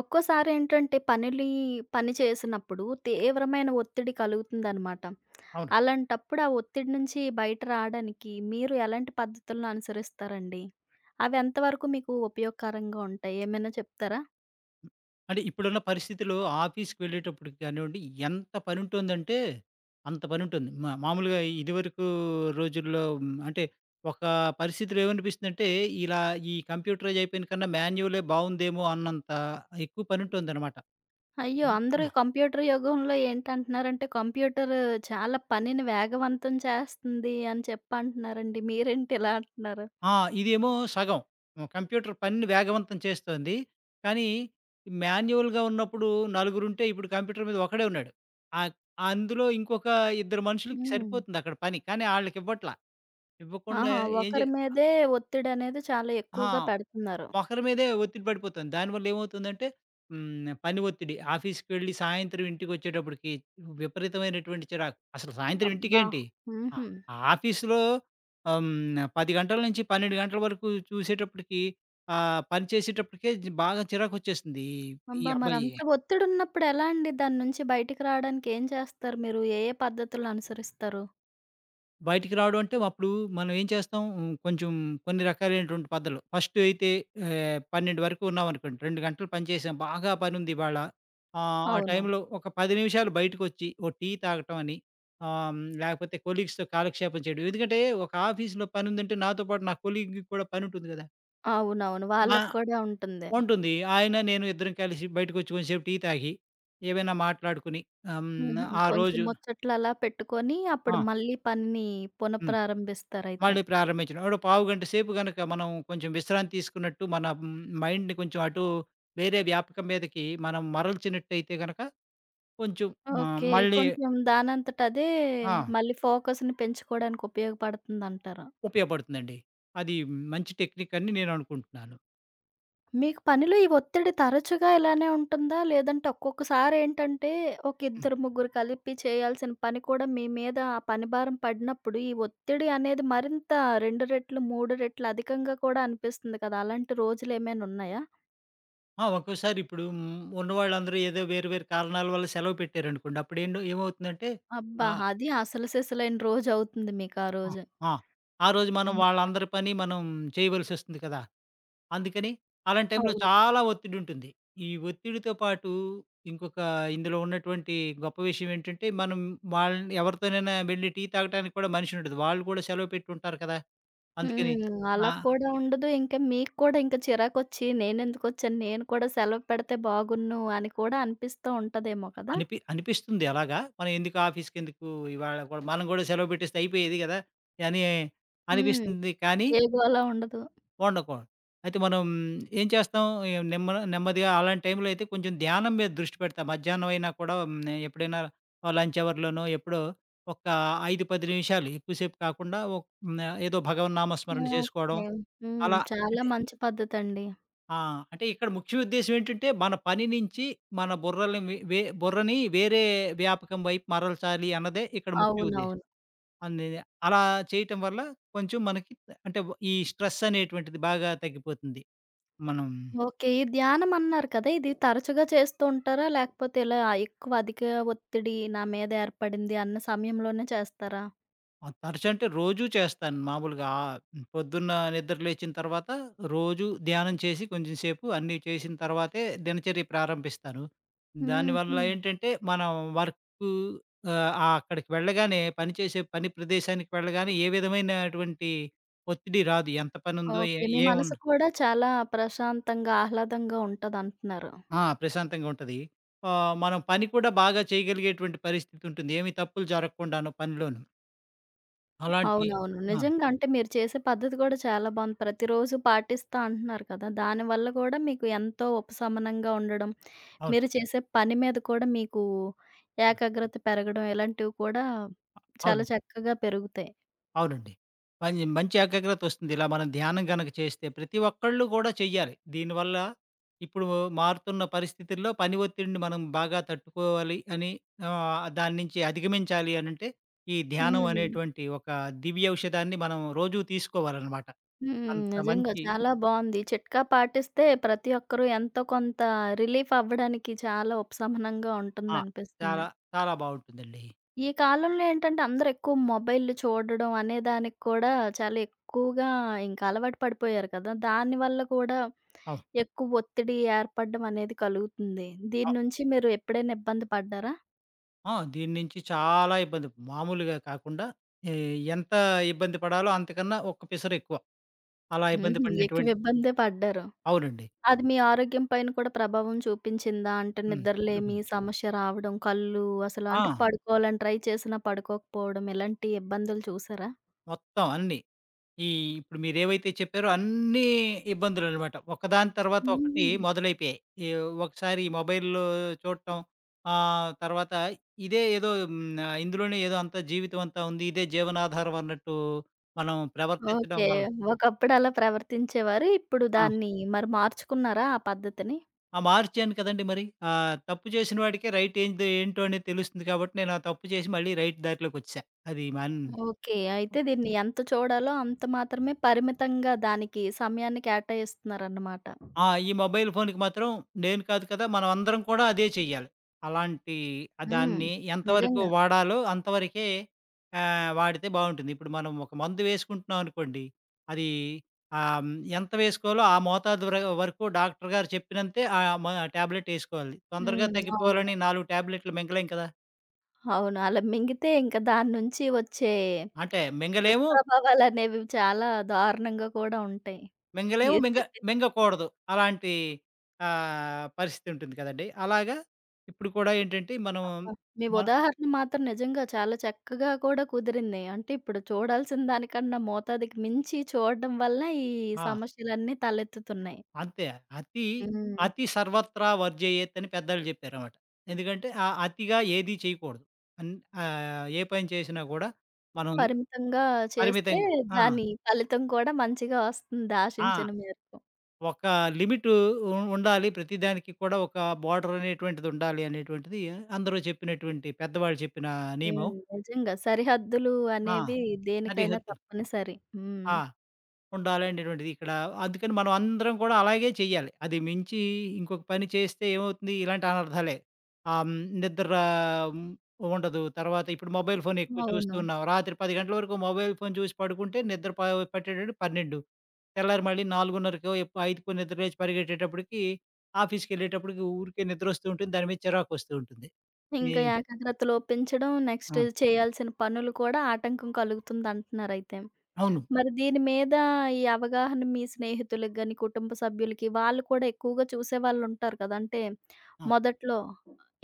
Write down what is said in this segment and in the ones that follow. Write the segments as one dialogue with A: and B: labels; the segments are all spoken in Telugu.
A: ఒక్కోసారి ఏంటంటే పని చేసినప్పుడు తీవ్రమైన ఒత్తిడి కలుగుతుందనమాట.
B: అవును.
A: అలాంటప్పుడు ఆ ఒత్తిడి నుంచి బయట రాడానికి మీరు ఎలాంటి పద్ధతులను అనుసరిస్తారండి? అవి ఎంతవరకు మీకు ఉపయోగకరంగా ఉంటాయి? ఏమైనా చెప్తారా?
B: అంటే ఇప్పుడున్న పరిస్థితిలో ఆఫీస్‌కి వెళ్ళేటప్పటికి కానివ్వండి, ఎంత పనుంటుందంటే అంత పనుంటుంది. మా మామూలుగా ఇదివరకు రోజుల్లో అంటే ఒక పరిస్థితిలో ఏమనిపిస్తుందంటే, ఇలా ఈ కంప్యూటరైజ్ అయిపోయిన కన్నా మాన్యువలే బావుందేమో అన్నంత ఎక్కువ పనుంటుందనమాట.
A: అయ్యో! అందరూ ఈ కంప్యూటర్ యుగంలో ఏంటంటున్నారంటే కంప్యూటర్ చాలా పనిని వేగవంతం చేస్తుంది అని చెప్పంటున్నారండి. మీరేంటి ఇలా అంటున్నారు?
B: ఆ! ఇదేమో సగం. కంప్యూటర్ పనిని వేగవంతం చేస్తోంది. కానీ మాన్యువల్‌గా ఉన్నప్పుడు నలుగురుంటే ఇప్పుడు కంప్యూటర్ మీద ఒకడే ఉన్నాడు. ఆహ్, అందులో ఇంకొక ఇద్దరు మనుషులకి
A: హ్మ్.
B: సరిపోతుంది అక్కడ పని. కానీ ఆళ్ళకివ్వట్ల. ఇవ్వకుండా
A: ఆహా!
B: ఏం చే
A: ఒకరి మీదే ఒత్తిడనేది చాలా
B: ఆ!
A: ఎక్కువగా పెడుతున్నారు.
B: ఒకరి మీదే ఒత్తిడి పడిపోతుంది. దానివల్ల ఏమవుతుందంటే పని ఒత్తిడి ఆఫీస్‌కి వెళ్ళి సాయంత్రం ఇంటికొచ్చేటప్పటికి విపరీతమైనటువంటి చిరాకు. అసలు సాయంత్రం
A: అబ్బా!
B: ఇంటికేంటి ఆ!
A: హుహు.
B: ఆఫీస్‌లో ఆహ్, హ్మ్. 10 గంటల నుంచి 12 గంటల వరకు చూసేటప్పటికి పని చేసేటప్పటికే బాగా చిరాకొచ్చేస్తుంది. ఈ
A: అబ్బా!
B: అబ్బాయి
A: మరంత ఒత్తిడున్నప్పుడు ఎలా అండి దాని నుంచి బయటికి రావడానికి ఏం చేస్తారు మీరు? ఏ ఏ పద్ధతులు అనుసరిస్తారు?
B: బయటికి రావడం అంటే అప్పుడు మనం ఏం చేస్తాం కొంచెం కొన్ని రకాలైనటువంటి పద్ధతులు. ఫస్ట్ అయితే 12 వరకు ఉన్నామనుకోండి, 2 గంటలు పనిచేసాం, బాగా పనుంది ఇవాళ. ఆ
A: అవును.
B: టైంలో ఒక 10 నిమిషాలు బయటకొచ్చి ఓ టీ తాగటం అని లేకపోతే కొలీగ్స్‌తో కాలక్షేపం చేయడం. ఎందుకంటే ఒక ఆఫీస్‌లో పనుందంటే నాతో పాటు నా కొలీగ్‌కి కూడా పనుంటుంది కదా!
A: అవునవును.
B: ఆ! ఆ!
A: వాళ్ళకి కూడా ఉంటుంది.
B: ఉంటుంది. ఆయన, నేను ఇద్దరం కలిసి బయటకొచ్చి కొంచెంసేపు టీ తాగి, ఏమైనా మాట్లాడుకుని ఆహ్, హ్మ్,
A: హుహు.
B: ఆ
A: కొంచెం
B: రోజు
A: ముచ్చట్లు అలా పెట్టుకొని అప్పుడు
B: ఆ!
A: మళ్ళీ పనిని
B: హ్మ్.
A: పునఃప్రారంభిస్తారైతే.
B: మళ్ళీ ప్రారంభించడం. ఒక పావుగంట సేపు గనక మనం కొంచెం విశ్రాంతి తీసుకున్నట్టు మన మైండ్‌ని కొంచెం అటు వేరే వ్యాపకం మీదకి మనం మరల్చినట్టయితే గనక కొంచెం ఆహ్,
A: ఓకే.
B: మళ్ళీ
A: కొంచెం దానంతట అదే
B: ఆ!
A: మళ్ళీ ఫోకస్‌ని పెంచుకోవడానికి ఉపయోగపడుతుందంటారు.
B: ఉపయోగపడుతుందండి. అది మంచి టెక్నిక్ అని నేను అనుకుంటున్నాను.
A: మీకు పనిలో ఈ ఒత్తిడి తరచుగా ఇలానే ఉంటుందా? లేదంటే ఒక్కొక్కసారి ఏంటంటే, ఒక
B: హ్మ్.
A: ఇద్దరు, ముగ్గురు కలిపి చేయాల్సిన పని కూడా మీ మీద ఆ పని భారం పడినప్పుడు, ఈ ఒత్తిడి అనేది మరింత 2 రెట్లు, 3 రెట్లు అధికంగా కూడా అనిపిస్తుంది కదా! అలాంటి రోజులేమైనా ఉన్నాయా?
B: ఆ! ఒక్కోసారి ఇప్పుడు ఉన్నవాళ్ళందరూ ఏదో వేరు వేరు కారణాల వల్ల సెలవు పెట్టారనుకోండి. అప్పుడేండో ఏమవుతుందంటే
A: అబ్బా!
B: ఆ!
A: అది అసలు సిసలైన రోజవుతుంది మీకు ఆ
B: ఆ!
A: రోజు.
B: ఆ! ఆ రోజు మనం
A: హ్మ్.
B: వాళ్ళందరి పని మనం చేయవలసొస్తుంది కదా! అందుకని అలాంటి టైంలో
A: అవును.
B: చాలా ఒత్తిడుంటుంది. ఈ ఒత్తిడితో పాటు ఇంకొక ఇందులో ఉన్నటువంటి గొప్ప విషయం ఏంటంటే, మనం వాళ్ళని ఎవరితోనైనా వెళ్లి టీ తాగటానికి కూడా మనిషుండదు. వాళ్ళు కూడా సెలవు పెట్టి ఉంటారు కదా! అందుకని
A: హ్మ్. అలా
B: ఆ!
A: కూడా ఉండదు. ఇంకా మీకు కూడా ఇంకా చిరాకొచ్చి, నేనెందుకొచ్చాను, నేను ఎందుకు వచ్చాను, నేను కూడా సెలవు పెడితే బాగున్ను అని కూడా అనిపిస్తూ ఉంటదేమో కదా!
B: అనిపిస్తుంది అలాగా. మనం ఎందుకు ఆఫీస్‌కెందుకు ఇవాళ కూడా మనం కూడా సెలవు పెట్టేస్తే అయిపోయేది గదా! అని
A: హ్మ్.
B: అనిపిస్తుంది. కానీ
A: ఏ గోల ఉండదు.
B: వండకూడదు. అయితే మనం ఏం చేస్తాం, ఇగ నెమ్మదిగా అలాంటి టైంలో అయితే కొంచెం ధ్యానం మీద దృష్టి పెడతా. మధ్యాహ్నం అయినా కూడా ఎప్పుడైనా లంచ్ అవర్‌లోనో ఎప్పుడో ఒక 5, 10 నిమిషాలు ఎక్కువసేపు కాకుండా ఏదో భగవన్నామ స్మరణ చేసుకోవడం.
A: ఓకే. హ్మ్.
B: అలా
A: చాలా
B: అంటే
A: మంచి పద్ధతండి.
B: ఆ! అంటే ఇక్కడ ముఖ్య ఉద్దేశ్యం ఏంటంటే, మన పని నుంచి మన బుర్రల్ని వి వే బుర్రని వేరే వ్యాపకం వైపు మరల్చాలి అన్నదే ఇక్కడ ముఖ్య ఉద్దేశ్యం.
A: అవునవును.
B: అంది అలా చేయటం వల్ల కొంచెం మనకి అంటే, ఈ స్ట్రెస్ అనేటువంటిది బాగా తగ్గిపోతుంది. మనం
A: ఓకే. ఈ ధ్యానం అన్నారు కదా! ఇది తరచుగా చేస్తూ ఉంటారా? లేకపోతే ఇలా ఎక్కువ అధిక ఒత్తిడి నా మీద ఏర్పడింది అన్న సమయంలోనే చేస్తారా?
B: ఆ తరచు అంటే రోజూ చేస్తాను మామూలుగా. ఆ పొద్దున్న నిద్ర లేచిన తర్వాత రోజు ధ్యానం చేసి కొంచెం సేపు అన్నీ చేసిన తర్వాతే దినచర్య ప్రారంభిస్తాను.
A: హ్మ్.
B: దానివల్ల
A: హ్మ్.
B: ఏంటంటే మనం వర్కు అక్కడికి వెళ్ళగానే పని ప్రదేశానికి వెళ్ళగానే ఏ విధమైనటువంటి ఒత్తిడి రాదు. ఎంత పనుందో ఏ
A: ఓకే. మీ మనసు
B: ఏమున్న
A: కూడా చాలా ప్రశాంతంగా, ఆహ్లాదంగా ఉంటదంటున్నారు.
B: ఆ! ప్రశాంతంగా ఉంటది. మనం పని కూడా బాగా చేయగలిగేటువంటి పరిస్థితి ఉంటుంది. ఏమి తప్పులు జరగకుండాను పనిలోను. అలాంటి
A: అవునవును.
B: ఆ!
A: నిజంగా అంటే మీరు చేసే పద్ధతి కూడా చాలా బావుంది. ప్రతిరోజు పాటిస్తా అంటున్నారు కదా! దానివల్ల కూడా మీకు ఎంతో ఉపశమనంగా ఉండడం
B: అవును.
A: మీరు చేసే పని మీద కూడా మీకు
B: అవును.
A: ఏకాగ్రత పెరగడం ఇలాంటివి కూడా చాలా
B: అవును.
A: చక్కగా పెరుగుతాయి.
B: అవునండి. మంచి ఏకాగ్రతొస్తుంది. ఇలా మనం ధ్యానం గనక చేస్తే ప్రతి ఒక్కళ్ళు గూడా చెయ్యాలి. దీనివల్ల ఇప్పుడు మారుతున్న పరిస్థితుల్లో పని ఒత్తిడిని మనం బాగా తట్టుకోవాలి అని దాని నుంచి అధిగమించాలి అనంటే ఈ ధ్యానం
A: హ్మ్.
B: అనేటువంటి ఒక దివ్య ఔషధాన్ని మనం రోజూ తీసుకోవాలనమాట.
A: హ్మ్.
B: అంత
A: నిజంగా
B: మంచి
A: చాలా బావుంది. చిట్కా పాటిస్తే ప్రతి ఒక్కరు ఎంతో కొంత రిలీఫ్ అవ్వడానికి చాలా ఉపశమనంగా
B: ఆ!
A: ఉంటుందనిపిస్తుంది.
B: చాలా చాలా బావుంటుందండి.
A: ఈ కాలంలో ఏంటంటే అందరూ ఎక్కువ మొబైల్‌లు చూడడం అనే దానికి కూడా చాలా ఎక్కువగా ఇంకా అలవాటు పడిపోయారు కదా! దానివల్ల కూడా
B: అవును.
A: ఎక్కువ ఒత్తిడి ఏర్పడడం అనేది కలుగుతుంది. దీని
B: అవ్
A: నుంచి మీరు ఎప్పుడైనా ఇబ్బంది పడ్డారా?
B: ఆ! దీని నుంచి చాలా ఇబ్బంది. మామూలుగా కాకుండా ఎ ఎంత ఇబ్బంది పడాలో అంతకన్నా ఒక్క పిసరెక్కువ. అలా ఇబ్బంది
A: హుహు. ఎక్కువ
B: పడినటువంటి
A: ఇబ్బందే పడ్డారు.
B: అవునండి.
A: అది మీ ఆరోగ్యం పైన కూడా ప్రభావం చూపించిందా? అంటే
B: హ్మ్.
A: నిద్రలేమి
B: చూపింది.
A: సమస్య రావడం, కళ్ళు అసలు
B: ఆ!
A: అంటే పడుకోవాలని ట్రై చేసినా పడుకోకపోవడం ఇలాంటి ఇబ్బందులు చూసారా?
B: మొత్తం అన్నీ. ఈ ఇప్పుడు మీరేవైతే చెప్పారో అన్నీ ఇబ్బందులనమాట. ఒకదాని తర్వాత ఒకటి
A: హ్మ్.
B: మొదలైపోయాయి. ఈ ఒకసారి ఈ మొబైల్‌లో చూడటం, తర్వాత ఇదే ఏదో ఇందులోనే ఏదో అంతా జీవితం అంతా ఉంది. ఇదే జీవనాధారం అన్నట్టు మనం ప్రవర్తించడం
A: ఓకే.
B: వల్ల
A: ఒకప్పుడు అలా ప్రవర్తించేవారు. ఇప్పుడు
B: ఆ!
A: దాన్ని మరి మార్చుకున్నారా ఆ పద్ధతిని?
B: ఆ! మార్చాను కదండీ మరి. ఆ తప్పు చేసిన వాడికే రైట్ ఏందో ఏంటో అనేది తెలుస్తుంది కాబట్టి నేను ఆ తప్పు చేసి మళ్ళీ రైట్ దారిలోకొచ్చేసా. అది మన్
A: ఓకే. అయితే దీన్ని ఎంత చూడాలో అంత మాత్రమే పరిమితంగా దానికి సమయాన్ని కేటాయిస్తున్నారన్నమాట.
B: ఆ! ఈ మొబైల్ ఫోన్‌కి మాత్రం నేను కాదు కదా! మనం అందరం కూడా అదే చెయ్యాలి. అలాంటి
A: హ్మ్.
B: దాన్ని ఎంతవరకు
A: నిజంగా.
B: వాడాలో అంతవరకే వాడితే బావుంటుంది. ఇప్పుడు మనం ఒక మందు వేసుకుంటున్నాం అనుకోండి. అది ఎంత వేసుకోవాలో ఆ మోతాదు వరకు డాక్టర్ గారు చెప్పినంతే ఆహ్, మ టాబ్లెట్ ఏసుకోవాలి. తొందరగా
A: హ్మ్. అవును.
B: తగ్గిపోవాలని 4 టాబ్లెట్‌లు మింగలేం కదా!
A: అవును. అలా మింగితే ఇంక దాని నుంచి వచ్చే
B: అంటే మింగలేము,
A: దుష్ప్రభావాలనేవి చాలా దారుణంగా కూడా ఉంటాయి.
B: మింగలేము,
A: మీరు
B: మింగ
A: చెప్పింది
B: మింగకూడదు. అలాంటి పరిస్థితి ఉంటుంది కదండీ! అలాగా ఇప్పుడు కూడా ఏంటంటే మనం
A: కూడా మీ
B: మ
A: ఉదాహరణ మాత్రం నిజంగా చాలా చక్కగా కూడా కుదిరింది. అంటే ఇప్పుడు చూడాల్సిన దానికన్నా మోతాదుకి మించి చూడడం వల్ల ఈ
B: ఆ!
A: సమస్యలన్నీ తలెత్తుతున్నాయి.
B: అంతే. అతి,
A: హ్మ్.
B: అతి సర్వత్రా వర్జేయత్ అని పెద్దలు చెప్పారనమాట. ఎందుకంటే అతిగా ఏది చేయకూడదు. అన్ ఏ పని చేసినా కూడా మనం
A: పరిమితంగా చేస్తే
B: పరిమితంగా ఆ!
A: దాని ఫలితం కూడా మంచిగా వస్తుంది ఆశించిన
B: ఆ!
A: మేరకు.
B: ఒక లిమిట్ ఉ ఉండాలి. ప్రతిదానికి కూడా ఒక బోర్డర్ అనేటువంటిది ఉండాలి అనేటువంటిది అందరూ చెప్పినటువంటి పెద్దవాళ్ళు చెప్పిన నియమం.
A: హ్మ్. నిజంగా సరిహద్దులు
B: ఆ!
A: అనేవి దేనికైనా
B: సరిహద్దు.
A: తప్పనిసరి. హ్మ్.
B: ఆ! ఉండాలి అనేటువంటిది ఇక్కడ. అందుకని మనం అందరం కూడా అలాగే చెయ్యాలి. అది మించి ఇంకొక పని చేస్తే ఏమవుతుంది? ఇలాంటి అనర్థాలే. ఆహ్, హ్మ్, నిద్ర హ్మ్, ఉండదు. తర్వాత ఇప్పుడు మొబైల్ ఫోన్ ఎక్కువ
A: అవును.
B: చూస్తున్నాం. రాత్రి 10 గంటల వరకు మొబైల్ ఫోన్ చూసి పడుకుంటే నిద్ర ప పట్టేటప్పుడు 12. తెల్లారి మళ్ళీ 4:30కో 5కో నిద్ర లేచి పరిగెట్టేటప్పటికి ఆఫీస్‌కెళ్ళేటప్పటికి ఊరికే నిద్రొస్తూ ఉంటుంది. దాని మీద చిరాకొస్తూ ఉంటుంది. ఏ
A: ఇంకా ఏకాగ్రత లోపించడం, నెక్స్ట్
B: ఆ!
A: చేయాల్సిన పనులు కూడా ఆటంకం కలుగుతుందంటున్నారయితే.
B: అవును.
A: మరి దీని మీద ఈ అవగాహన మీ స్నేహితులకి గాని, కుటుంబ సభ్యులకి వాళ్ళు కూడా ఎక్కువగా చూసేవాళ్ళుంటారు కదా! అంటే
B: ఆ!
A: మొదట్లో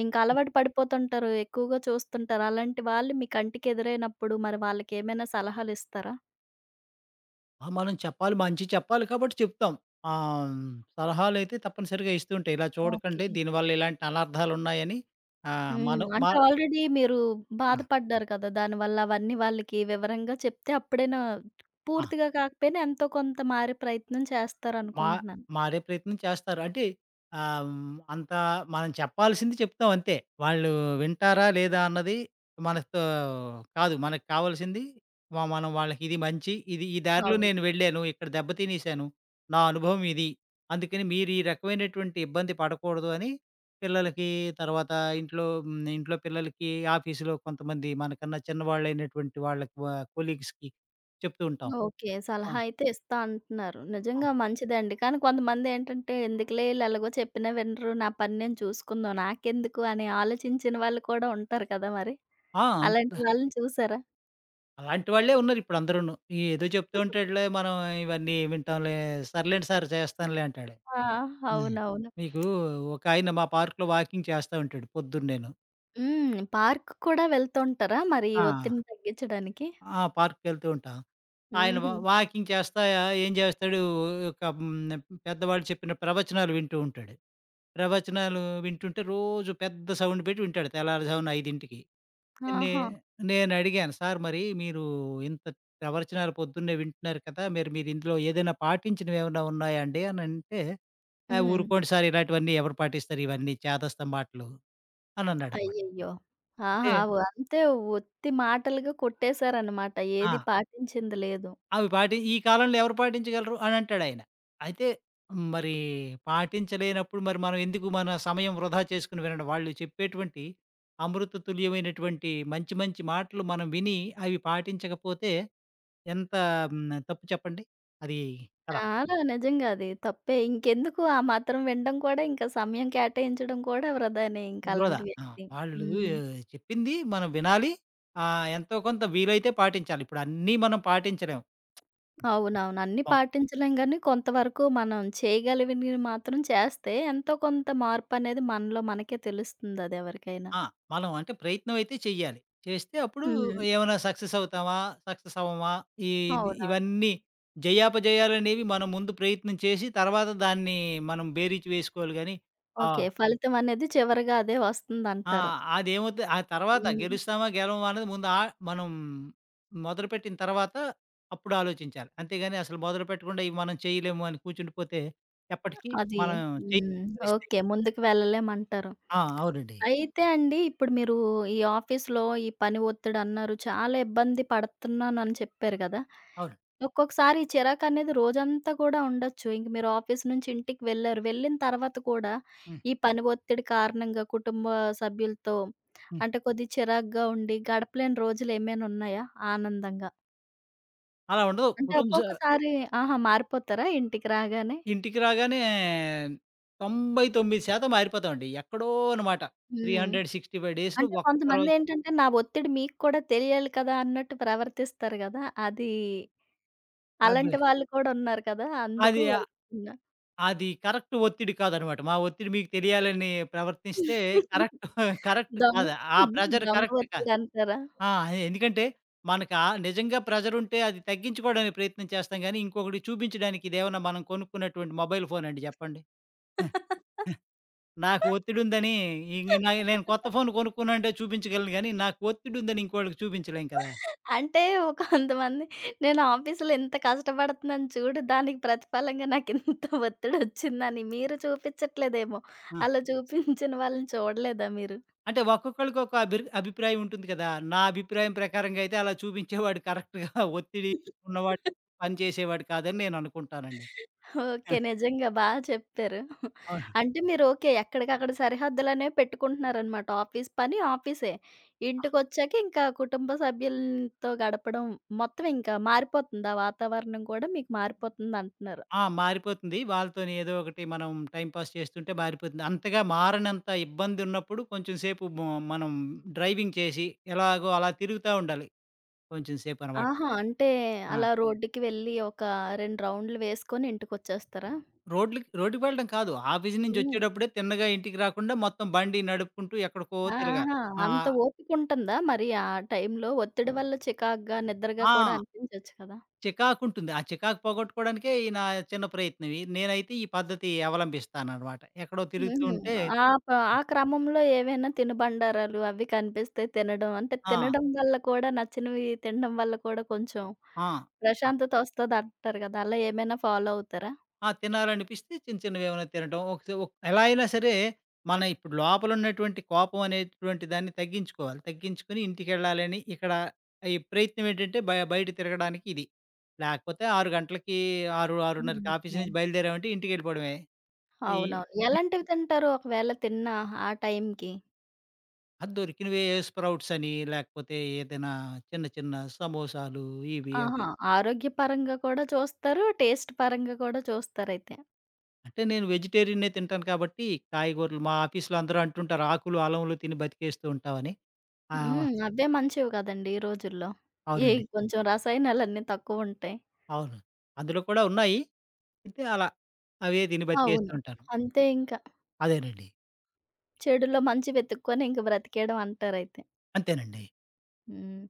A: ఇంక అలవాటు పడిపోతుంటారు. ఎక్కువగా చూస్తుంటారు. అలాంటి వాళ్ళు మీ కంటికెదురైనప్పుడు మరి వాళ్ళకేమైనా సలహాలిస్తారా?
B: ఆ! మనం చెప్పాలి. మంచి చెప్పాలి కాబట్టి చెప్తాం. ఆహ్, సలహాలైతే తప్పనిసరిగా ఇస్తూ ఉంటాయి. ఇలా
A: ఓకే.
B: చూడకండి దీనివల్ల ఇలాంటి అనర్థాలున్నాయని ఆహ్,
A: హ్మ్.
B: మనం మ
A: అంటే ఆల్రెడీ మీరు బాధపడ్డారు కదా! దానివల్ల అవన్నీ వాళ్ళకి వివరంగా చెప్తే అప్పుడైనా
B: ఆ!
A: పూర్తిగా కాకపోయినా ఎంతో కొంత మారే ప్రయత్నం
B: మా
A: చేస్తారనుకుంటున్నాను.
B: మారే ప్రయత్నం చేస్తారు. అంటే ఆహ్, హ్మ్, అంత మనం చెప్పాల్సింది చెప్తాం అంతే. వాళ్ళు వింటారా? లేదా? అన్నది మనతో కాదు. మనకు కావాల్సింది మనం వాళ్ళకి ఇది మంచి, ఇది ఈ దారిలో
A: అవును.
B: నేను వెళ్ళాను. ఇక్కడ దెబ్బ తినేసాను. నా అనుభవం ఇది. అందుకని మీరు ఈ రకమైనటువంటి ఇబ్బంది పడకూడదు అని పిల్లలకి, తర్వాత ఇంట్లో పిల్లలకి, ఆఫీసులో కొంతమంది మనకన్నా చిన్నవాళ్ళైనటువంటి వాళ్ళకి వ కొలీగ్స్‌కి చెప్తూ ఉంటాం.
A: ఓకే.
B: ఆ!
A: సలహా అయితే ఇస్తా అంటున్నారు.
B: ఆ!
A: నిజంగా మంచిదండి. కానీ కొంతమందేంటంటే ఎందుకులే ఈళ్ళెలాగో చెప్పినా వినరు. నా పని నేను చూసుకుందాం. నాకెందుకు అని ఆలోచించిన వాళ్ళు కూడా ఉంటారు కదా మరి.
B: ఆ! అంత
A: అలాంటి వాళ్ళని చూసారా?
B: అలాంటి వాళ్ళే ఉన్నారిప్పుడు అందరూను. ఈ ఏదో చెప్తూ ఉంటాడులే మనం ఇవన్నీ వింటాంలే, సర్లేండి సార్ చేస్తానులే అంటాడు.
A: ఆ!
B: హ్మ్.
A: అవునవును.
B: మీకు ఒకాయన మా పార్క్‌లో వాకింగ్ చేస్తా ఉంటాడు పొద్దున్నేను.
A: హ్మ్. పార్క్‌కి కూడా వెళ్తూ ఉంటారా మరి ఈ
B: ఆ!
A: ఒత్తిడిని తగ్గించడానికి?
B: ఆ! పార్క్‌కెళ్తూ ఉంటాం. ఆయన వా
A: హుహు.
B: వాకింగ్ చేస్తా ఏం చేస్తాడు ఒక హ్మ్, పెద్దవాళ్ళు చెప్పిన ప్రవచనాలు వింటూ ఉంటాడు. ప్రవచనాలు వింటుంటే రోజు పెద్ద సౌండ్ పెట్టి వింటాడు తెల్లారుజామున 5కి. నే
A: ఆహా!
B: నేనడిగాను. "సార్ మరి మీరు ఇంత ప్రవచనాలు పొద్దున్నే వింటున్నారు కదా! మరి మీరు ఇందులో ఏదైనా పాటించినవేమన్నా ఉన్నాయా అండి?" అనంటే, "ఆ!
A: హ్మ్.
B: ఊరుకోండి సార్ ఇలాంటివన్నీ ఎవరు పాటిస్తారు ఇవన్నీ చేదస్తం మాటలు" అనన్నాడన్నమాట.
A: అయ్యయ్యో!
B: అంటే
A: ఆహా! అంతే ఉత్తి మాటలుగా కొట్టేశారనమాట.
B: ఆ!
A: ఏది పాటించింది లేదు.
B: అవి పాటి ఈ కాలంలో ఎవరు పాటించగలరు అని అంటాడాయన. అయితే మరి పాటించలేనప్పుడు మరి మనం ఎందుకు మన సమయం వృధా చేసుకొని వినడం? వాళ్ళు చెప్పేటువంటి అమృత తుల్యమైనటువంటి మంచి మంచి మాటలు మనం విని అవి పాటించకపోతే ఎంత తప్పు చెప్పండి? అది కదా!
A: చాలా నిజంగా అది తప్పే. ఇంకెందుకు ఆ మాత్రం వినడం కూడా ఇంకా సమయం కేటాయించడం కూడా వృధానే ఇంక
B: వృధా.
A: అలాంటి వ్యక్తి.
B: వాళ్ళు
A: హ్మ్.
B: ఆ, చెప్పింది మనం వినాలి. ఎంతో కొంత వీలైతే పాటించాలి. ఇప్పుడు అన్నీ మనం పాటించలేం.
A: అవునవును. అన్నీ పాటించలేం గానీ కొంతవరకు మనం చేయగలిగినవి మాత్రం చేస్తే ఎంతో కొంత మార్పనేది మనలో మనకే తెలుస్తుంది అదెవరికైనా.
B: ఆ! మనం అంటే ప్రయత్నం అయితే చెయ్యాలి. చేస్తే అప్పుడు
A: హ్మ్.
B: ఏమైనా సక్సెస్ అవుతామా? సక్సెస్ అవ్వమా? ఈ
A: అవునవును.
B: ఇవన్నీ జయాపజయాలనేవి మనం ముందు ప్రయత్నం చేసి తర్వాత దాన్ని మనం బేరీజు వేసుకోవాలి గానీ ఆ!
A: ఓకే. ఫలితం అనేది చివరగా అదే
B: ఆ!
A: వస్తుందంటారు.
B: అదేమవుతది ఆ తర్వాత
A: హ్మ్.
B: గెలుస్తామా? గెలవమా? అనేది ముందు మనం మొదలుపెట్టిన తర్వాత అప్పుడు ఆలోచించాలి. అంతేగాని అసలు మొదలుపెట్టకుండా ఇవి మనం చేయలేము అని కూర్చుండిపోతే ఎప్పటికి
A: అది.
B: మనం చేయని
A: హ్మ్.
B: పరిస్థితి.
A: ఓకే. ముందుకు వెళ్ళలేమంటారు.
B: అవునండి.
A: అయితే అండి ఇప్పుడు మీరు ఈ ఆఫీస్‌లో ఈ పని ఒత్తిడి అన్నారు. చాలా ఇబ్బంది పడుతున్నానని చెప్పారు గదా!
B: అవును.
A: ఒక్కొక్కసారి ఈ చిరాకనేది రోజంతా కూడా ఉండొచ్చు. ఇంక మీరు ఆఫీస్ నుంచి ఇంటికి వెళ్లారు. వెళ్ళిన తర్వాత కూడా
B: హ్మ్.
A: ఈ పని ఒత్తిడి కారణంగా కుటుంబ సభ్యులతో
B: హ్మ్.
A: అంటే కొద్దిగా చిరాకుగా ఉండి గడపలేని రోజులు ఏమైనా ఉన్నాయా ఆనందంగా?
B: అలా ఉండదు.
A: అంటే
B: కుటుంబ స
A: ఒక్కొక్కసారి ఆహా! మారిపోతారా ఇంటికి రాగానే?
B: ఇంటికి రాగానే 99% మారిపోతామండి. ఎక్కడో అన్నమాట.
A: హ్మ్.
B: 365 డేస్‌లో
A: అంటే
B: ఒక్కరోజు
A: కొంతమందేంటంటే, నా ఒత్తిడి మీకు కూడా తెలియాలి కదా! అన్నట్టు ప్రవర్తిస్తారు గదా! అది
B: అబ్బే!
A: అలాంటి వాళ్ళు కూడా ఉన్నారు కదా! అందుకు
B: అది
A: అడుగుతున్నా.
B: అది కరెక్ట్ ఒత్తిడి కాదనమాట. మా ఒత్తిడి మీకు తెలియాలని ప్రవర్తిస్తే కరెక్ట్ కరెక్ట్
A: దొంగ
B: కాదు. ఆ ప్రెషర్
A: దొంగ
B: కరెక్ట్ కాదు.
A: ఒత్తిడంటారా?
B: ఆ! ఎందుకంటే మనకు నిజంగా ప్రెషర్ ఉంటే అది తగ్గించుకోవడానికి ప్రయత్నం చేస్తాం గానీ, ఇంకొకడికి చూపించడానికి ఇదేమన్నా మనం కొనుక్కున్నటువంటి మొబైల్ ఫోనా అండి చెప్పండి. నాకు ఒత్తిడుందని ఇంగ నా నేను కొత్త ఫోన్ కొనుక్కున్నానంటే చూపించగలను గానీ, నాకు ఒత్తిడుందని ఇంకోళ్ళకి చూపించలేం కదా!
A: అంటే ఒక కొంతమంది నేను ఆఫీస్‌లో ఇంత కష్టపడుతున్నాను చూడు, దానికి ప్రతిఫలంగా నాకింత ఒత్తిడొచ్చిందని మీరు చూపించట్లేదేమో!
B: ఆ!
A: అలా చూపించిన వాళ్ళని చూడలేదా మీరు?
B: అంటే ఒక్కొక్కళ్ళకి ఒక అభిప్రాయం ఉంటుంది కదా! నా అభిప్రాయం ప్రకారంగా అయితే అలా చూపించేవాడు కరెక్ట్‌గా ఒత్తిడి ఉన్నవాడు పని చేసేవాడు కాదని నేననుకుంటానండి. ఆ!
A: ఓకే. నిజంగా చెప్పారు.
B: అవును.
A: అంటే మీరు ఓకే. ఎక్కడికక్కడ సరిహద్దులనేవి పెట్టుకుంటున్నారనమాట. ఆఫీస్ పని ఆఫీసే. ఇంటికొచ్చాక ఇంకా కుటుంబ సభ్యులతో గడపడం మొత్తం ఇంకా మారిపోతుంది. ఆ వాతావరణం కూడా మీకు మారిపోతుందంటున్నారు.
B: ఆ! మారిపోతుంది. వాళ్ళతోని ఏదో ఒకటి మనం టైమ్ పాస్ చేస్తుంటే మారిపోతుంది. అంతగా మారనంత ఇబ్బందున్నప్పుడు కొంచెం సేపు మ మనం డ్రైవింగ్ చేసి ఎలాగో అలా తిరుగుతా ఉండాలి కొంచెం సేపనమాట.
A: ఆహా! అంటే
B: ఆ!
A: అలా రోడ్డుకి వెళ్ళి ఒక 2 రౌండ్‌లు వేసుకొని ఇంటికొచ్చేస్తారా?
B: రోడ్లుకి రోడ్డుకి వెళ్ళడం కాదు. ఆఫీస్ నుంచి
A: హ్మ్.
B: వచ్చేటప్పుడే తిన్నగా ఇంటికి రాకుండా మొత్తం బండి నడుపుకుంటూ ఎక్కడికో తిరగాలి.
A: ఆహా!
B: ఆ!
A: అంత ఓపికుంటుందా? మరి ఆ టైంలో ఒత్తిడి వల్ల చికాకుగా, నిద్రగా కూడా
B: ఆ!
A: అనిపించొచ్చు కదా!
B: చికాకుంటుంది. ఆ చికాకు పోగొట్టుకోవడానికే ఈ నా చిన్న ప్రయత్నం. ఈ నేనైతే ఈ పద్ధతి అవలంబిస్తాననమాట. ఎక్కడో తిరుగుతూ
A: హుహు.
B: ఉంటే
A: ఆ ప ఆ క్రమంలో ఏవైనా తినుబండారాలు అవి కనిపిస్తే తినడం అంటే
B: ఆ!
A: తినడం వల్ల కూడా నచ్చినవి తినడం వల్ల కూడా కొంచెం
B: ఆ!
A: ప్రశాంతత వస్తదంటారు కదా! అలా ఏమైనా ఫాలో అవుతారా?
B: ఆ! తినాలనిపిస్తే చిన్న చిన్నవేమైనా తినటం. ఒకసా ఒక్ ఎలా అయినా సరే, మన ఇప్పుడు లోపలున్నటువంటి కోపం అనేటువంటి దాన్ని తగ్గించుకోవాలి. తగ్గించుకొని ఇంటికెళ్ళాలని ఇక్కడ ఈ ప్రయత్నం ఏంటంటే, బయట తిరగడానికి ఇది. లేకపోతే 6 గంటలకి 6,
A: హ్మ్.
B: 6:30కి ఆఫీస్
A: ఓకే.
B: నుంచి బయలుదేరామంటే ఇంటికెళ్ళిపోవడమే. ఈ
A: అవునవును.
B: ఈ
A: ఎలాంటివి తింటారు ఒకవేళ తిన్నా ఆ టైంకి?
B: దొరికినవే స్ప్రౌట్స్ అని, లేకపోతే ఏదైనా చిన్న చిన్న సమోసాలు ఇవి, అవి.
A: ఆహా! ఆరోగ్యపరంగా కూడా చూస్తారు. టేస్ట్ పరంగా కూడా చూస్తారైతే.
B: అంటే నేను వెజిటేరియనే తింటాను కాబట్టి, కాయగూరలు మా ఆఫీస్‌లో అందరూ అంటుంటారు, ఆకులు, అలములు తిని బతికేస్తూ ఉంటావని. ఆ!
A: హ్మ్. అవే మంచివి కదండీ! ఈ రోజుల్లో. ఏ
B: అవునండి.
A: కొంచెం రసాయనాలన్నీ తక్కువుంటాయి.
B: అవును. అందులో కూడా ఉన్నాయి. అయితే అలా అవే తిని బతికేస్తూ
A: అవును.
B: ఉంటాను.
A: అంతే ఇంక.
B: అదేనండి.
A: చెడులో మంచి వెతుక్కొని ఇంక బ్రతికేయడం అంటారైతే.
B: అంతేనండి.
A: హ్మ్.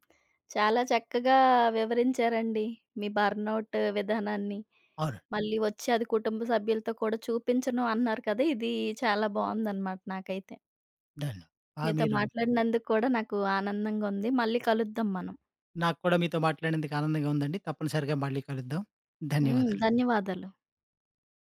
A: చాలా చక్కగా వివరించారండి మీ బర్న్‌ఔట్ విధానాన్ని.
B: అవును.
A: మళ్ళీ వచ్చి అది కుటుంబ సభ్యులతో కూడా చూపించను అన్నారు కదా! ఇది చాలా బావుందనమాట నాకైతే.
B: డన్. ఆ!
A: మీతో
B: మీరు
A: మాట్లాడినందుకు కూడా నాకు ఆనందంగా ఉంది. మళ్ళీ కలుద్దాం మనం.
B: నాకు కూడా మీతో మాట్లాడినందుకు ఆనందంగా ఉందండి. తప్పనిసరిగా మళ్ళీ కలుద్దాం.
A: హ్మ్.
B: ధన్యవాదాలు.
A: ధన్యవాదాలు.